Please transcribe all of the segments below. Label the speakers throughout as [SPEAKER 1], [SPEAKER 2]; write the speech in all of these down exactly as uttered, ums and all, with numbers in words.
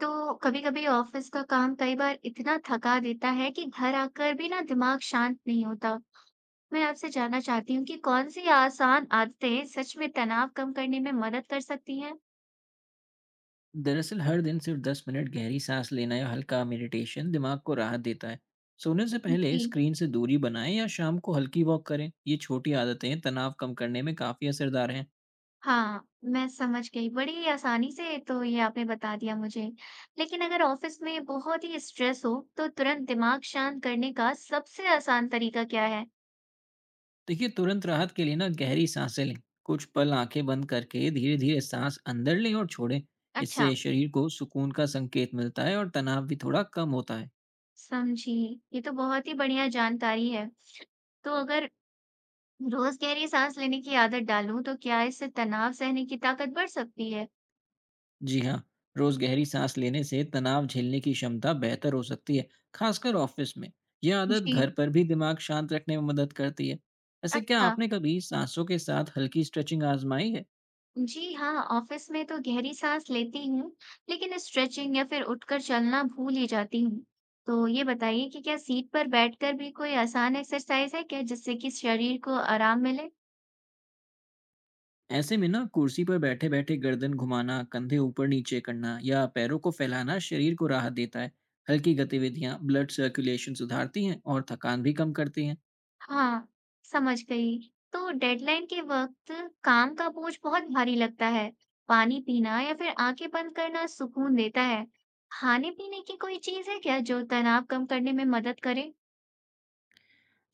[SPEAKER 1] तो कभी-कभी ऑफिस का काम कई बार इतना थका देता है कि घर आकर भी ना दिमाग शांत नहीं होता। मैं आपसे जानना चाहती हूँ कि कौन सी आसान आदतें सच में तनाव कम करने में मदद कर सकती हैं?
[SPEAKER 2] दरअसल हर दिन सिर्फ दस मिनट गहरी सांस लेना या हल्का मेडिटेशन दिमाग को राहत देता है। सोने से पहले
[SPEAKER 1] जी,
[SPEAKER 2] स्क्रीन से दूरी बनाएं या शाम को हल्की वॉक करें। ये छोटी आदतें तनाव कम करने में काफ़ी असरदार हैं।
[SPEAKER 1] हाँ, मैं समझ गई। बड़ी आसानी से तो ये आपने बता दिया मुझे। लेकिन अगर ऑफिस में बहुत ही स्ट्रेस हो, तो तुरंत दिमाग शांत करने का सबसे आसान तरीका क्या है?
[SPEAKER 2] देखिए, तुरंत राहत के लिए ना गहरी सांसें लें। कुछ पल आंखें बंद करके धीरे धीरे सांस अंदर लें और छोड़ें।
[SPEAKER 1] अच्छा,
[SPEAKER 2] इससे शरीर को सुकून का संकेत मिलता है और तनाव भी थोड़ा कम होता है।
[SPEAKER 1] समझी। ये तो बहुत ही बढ़िया जानकारी है। तो अगर रोज गहरी सांस लेने की आदत डालूं तो क्या इससे तनाव सहने की ताकत बढ़ सकती है?
[SPEAKER 2] जी हाँ, रोज गहरी सांस लेने से तनाव झेलने की क्षमता बेहतर हो सकती है, खासकर ऑफिस में। यह आदत
[SPEAKER 1] जी।
[SPEAKER 2] घर पर भी दिमाग शांत रखने में मदद करती है। ऐसे, क्या
[SPEAKER 1] अच्छा।
[SPEAKER 2] आपने कभी सांसों के साथ हल्की स्ट्रेचिंग आजमाई है?
[SPEAKER 1] जी हाँ, ऑफिस में तो गहरी सांस लेती हूँ। लेकिन स्ट्रेचिंग या फिर उठकर चलना भूल ही जाती हूँ। तो ये बताइए कि क्या सीट पर बैठकर भी कोई आसान एक्सरसाइज है क्या जिससे कि शरीर को आराम मिले।
[SPEAKER 2] ऐसे में ना कुर्सी पर बैठे बैठे गर्दन घुमाना, कंधे ऊपर नीचे करना या पैरों को फैलाना शरीर को राहत देता है। हल्की गतिविधियां ब्लड सर्कुलेशन सुधारती हैं और थकान भी कम करती हैं।
[SPEAKER 1] हाँ, समझ गई। तो डेडलाइन के वक्त काम का बोझ बहुत भारी लगता है। पानी पीना या फिर आंखें बंद करना सुकून देता है। खाने-पीने की कोई चीज़ है क्या जो तनाव कम करने में मदद करे?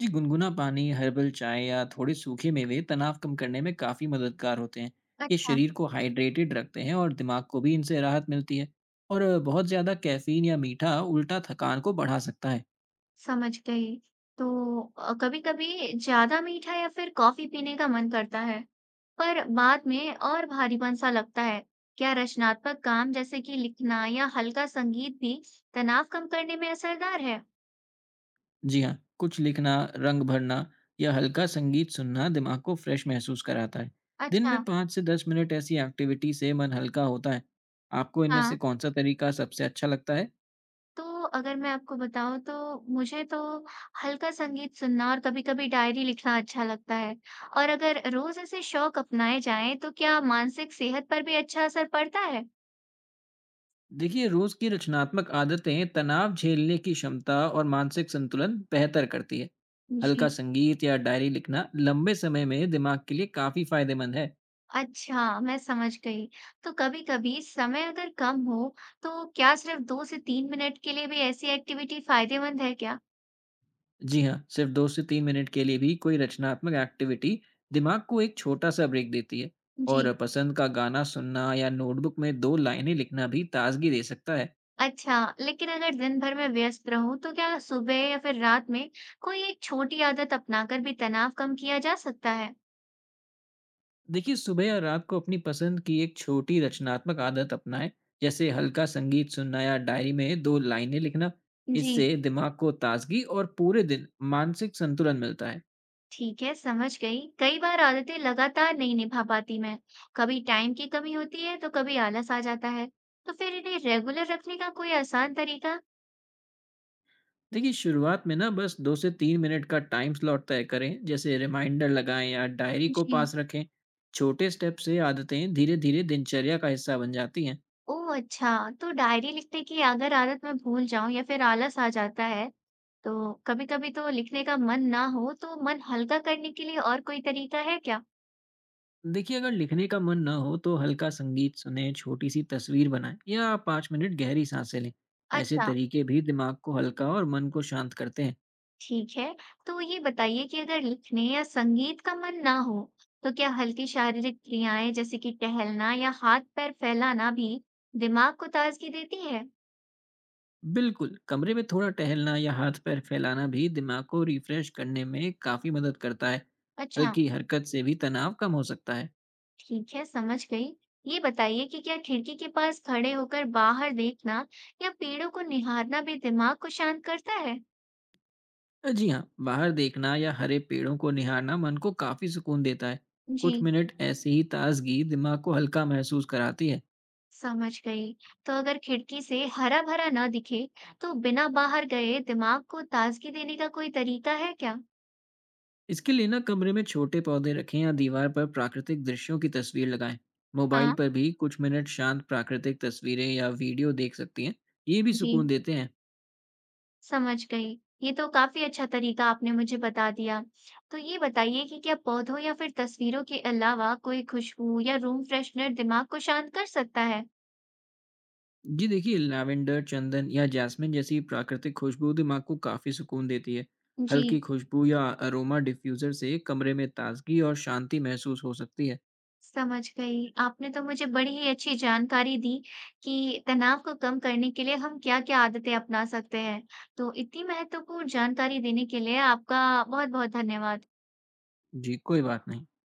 [SPEAKER 2] जी, गुनगुना पानी, हर्बल चाय या थोड़े सूखे मेवे तनाव कम करने में काफ़ी मददगार होते हैं। ये
[SPEAKER 1] अच्छा,
[SPEAKER 2] शरीर को हाइड्रेटेड रखते हैं और दिमाग को भी इनसे राहत मिलती है। और अ, बहुत ज़्यादा कैफीन या मीठा उल्टा थकान को बढ़ा सकता है।
[SPEAKER 1] समझ गई। तो अ, कभी-कभी ज़्यादा मीठा या फिर कॉफ़ी पीने का मन करता है, पर बाद में और भारीपन सा लगता है। क्या रचनात्मक काम जैसे कि लिखना या हल्का संगीत भी तनाव कम करने में असरदार है?
[SPEAKER 2] जी हाँ, कुछ लिखना, रंग भरना या हल्का संगीत सुनना दिमाग को फ्रेश महसूस कराता है। दिन में
[SPEAKER 1] अच्छा,
[SPEAKER 2] पाँच से दस मिनट ऐसी एक्टिविटी से मन हल्का होता है। आपको इनमें से
[SPEAKER 1] हाँ।
[SPEAKER 2] कौन सा तरीका सबसे अच्छा लगता है?
[SPEAKER 1] तो अगर मैं आपको बताऊँ तो मुझे तो हल्का संगीत सुनना और कभी-कभी डायरी लिखना अच्छा लगता है। और अगर रोज़ ऐसे शौक अपनाए जाएँ तो क्या मानसिक सेहत पर भी अच्छा असर पड़ता है?
[SPEAKER 2] देखिए, रोज की रचनात्मक आदतें तनाव झेलने की क्षमता और मानसिक संतुलन बेहतर करती है।
[SPEAKER 1] जी।
[SPEAKER 2] हल्का संगीत या डायरी लिखना लंबे समय में दिमाग के लिए काफी फायदेमंद है।
[SPEAKER 1] अच्छा, मैं समझ गई। तो कभी-कभी समय अगर कम हो तो क्या सिर्फ दो से तीन मिनट के लिए भी ऐसी एक्टिविटी फायदेमंद है क्या?
[SPEAKER 2] जी हाँ, सिर्फ दो से तीन मिनट के लिए भी कोई रचनात्मक एक्टिविटी दिमाग को एक छोटा सा ब्रेक देती है।
[SPEAKER 1] जी।
[SPEAKER 2] और पसंद का गाना सुनना या नोटबुक में दो लाइनें लिखना भी ताजगी दे सकता है।
[SPEAKER 1] अच्छा, लेकिन अगर दिन भर में व्यस्त रहूँ तो क्या सुबह या फिर रात में कोई एक छोटी आदत अपनाकर भी तनाव कम किया जा सकता है?
[SPEAKER 2] देखिए, सुबह या रात को अपनी पसंद की एक छोटी रचनात्मक आदत अपनाएं, जैसे हल्का संगीत सुनना या डायरी में दो लाइनें लिखना।
[SPEAKER 1] जी,
[SPEAKER 2] इससे दिमाग को ताजगी और पूरे दिन मानसिक संतुलन मिलता है।
[SPEAKER 1] ठीक है, समझ गई। कई बार आदतें लगातार नहीं निभा पाती मैं। कभी टाइम की कमी होती है तो कभी आलस आ जाता है। तो फिर इन्हें रेगुलर रखने का कोई आसान तरीका?
[SPEAKER 2] देखिए, शुरुआत में ना बस दो से तीन मिनट का टाइम स्लॉट तय करें, जैसे रिमाइंडर लगाएं या डायरी को
[SPEAKER 1] जी।
[SPEAKER 2] पास रखें। छोटे स्टेप से आदतें धीरे धीरे दिनचर्या का हिस्सा बन जाती हैं।
[SPEAKER 1] ओह अच्छा, तो डायरी लिखने की अगर आदत मैं भूल जाऊं या फिर आलस आ जाता है, तो कभी-कभी तो लिखने का मन ना हो तो मन हल्का करने के लिए और कोई तरीका है क्या?
[SPEAKER 2] देखिए, अगर लिखने का मन ना हो तो हल्का संगीत सुने, छोटी सी तस्वीर बनाएं या पाँच मिनट गहरी सांसें लें। ऐसे
[SPEAKER 1] अच्छा।
[SPEAKER 2] तरीके भी दिमाग को हल्का और मन को शांत करते हैं।
[SPEAKER 1] ठीक है, तो ये बताइए कि अगर लिखने या संगीत का मन ना हो तो क्या हल्की शारीरिक क्रियाएं जैसे कि टहलना या हाथ पैर फैलाना भी दिमाग को ताजगी देती है?
[SPEAKER 2] बिल्कुल, कमरे में थोड़ा टहलना या हाथ पैर फैलाना भी दिमाग को रिफ्रेश करने में काफ़ी मदद करता है।
[SPEAKER 1] अच्छा।
[SPEAKER 2] हल्की हरकत से भी तनाव कम हो सकता है।
[SPEAKER 1] ठीक है, समझ गई। ये बताइए कि क्या खिड़की के पास खड़े होकर बाहर देखना या पेड़ों को निहारना भी दिमाग को शांत करता है?
[SPEAKER 2] जी हाँ, बाहर देखना या हरे पेड़ों को निहारना मन को काफ़ी सुकून देता है।
[SPEAKER 1] जी।
[SPEAKER 2] कुछ मिनट ऐसी ही ताजगी दिमाग को हल्का महसूस कराती है।
[SPEAKER 1] समझ गई। तो अगर खिड़की से हरा भरा ना दिखे तो बिना बाहर गए दिमाग को ताजगी देने का कोई तरीका है क्या?
[SPEAKER 2] इसके लिए ना कमरे में छोटे पौधे रखें या दीवार पर प्राकृतिक दृश्यों की तस्वीर लगाएं। मोबाइल
[SPEAKER 1] हाँ।
[SPEAKER 2] पर भी कुछ मिनट शांत प्राकृतिक तस्वीरें या वीडियो देख सकती हैं। ये भी
[SPEAKER 1] जी,
[SPEAKER 2] सुकून देते हैं।
[SPEAKER 1] समझ गई। ये तो काफ़ी अच्छा तरीका आपने मुझे बता दिया। तो ये बताइए कि क्या पौधों या फिर तस्वीरों के अलावा कोई खुशबू या रूम फ्रेशनर दिमाग को शांत कर सकता है?
[SPEAKER 2] जी देखिए, लैवेंडर, चंदन या जैस्मिन जैसी प्राकृतिक खुशबू दिमाग को काफ़ी सुकून देती है।
[SPEAKER 1] जी,
[SPEAKER 2] हल्की खुशबू या अरोमा डिफ्यूज़र से कमरे में ताजगी और शांति महसूस हो सकती है।
[SPEAKER 1] समझ गई। आपने तो मुझे बड़ी ही अच्छी जानकारी दी कि तनाव को कम करने के लिए हम क्या-क्या आदतें अपना सकते हैं। तो इतनी महत्वपूर्ण जानकारी देने के लिए आपका बहुत-बहुत धन्यवाद।
[SPEAKER 2] जी, कोई बात नहीं।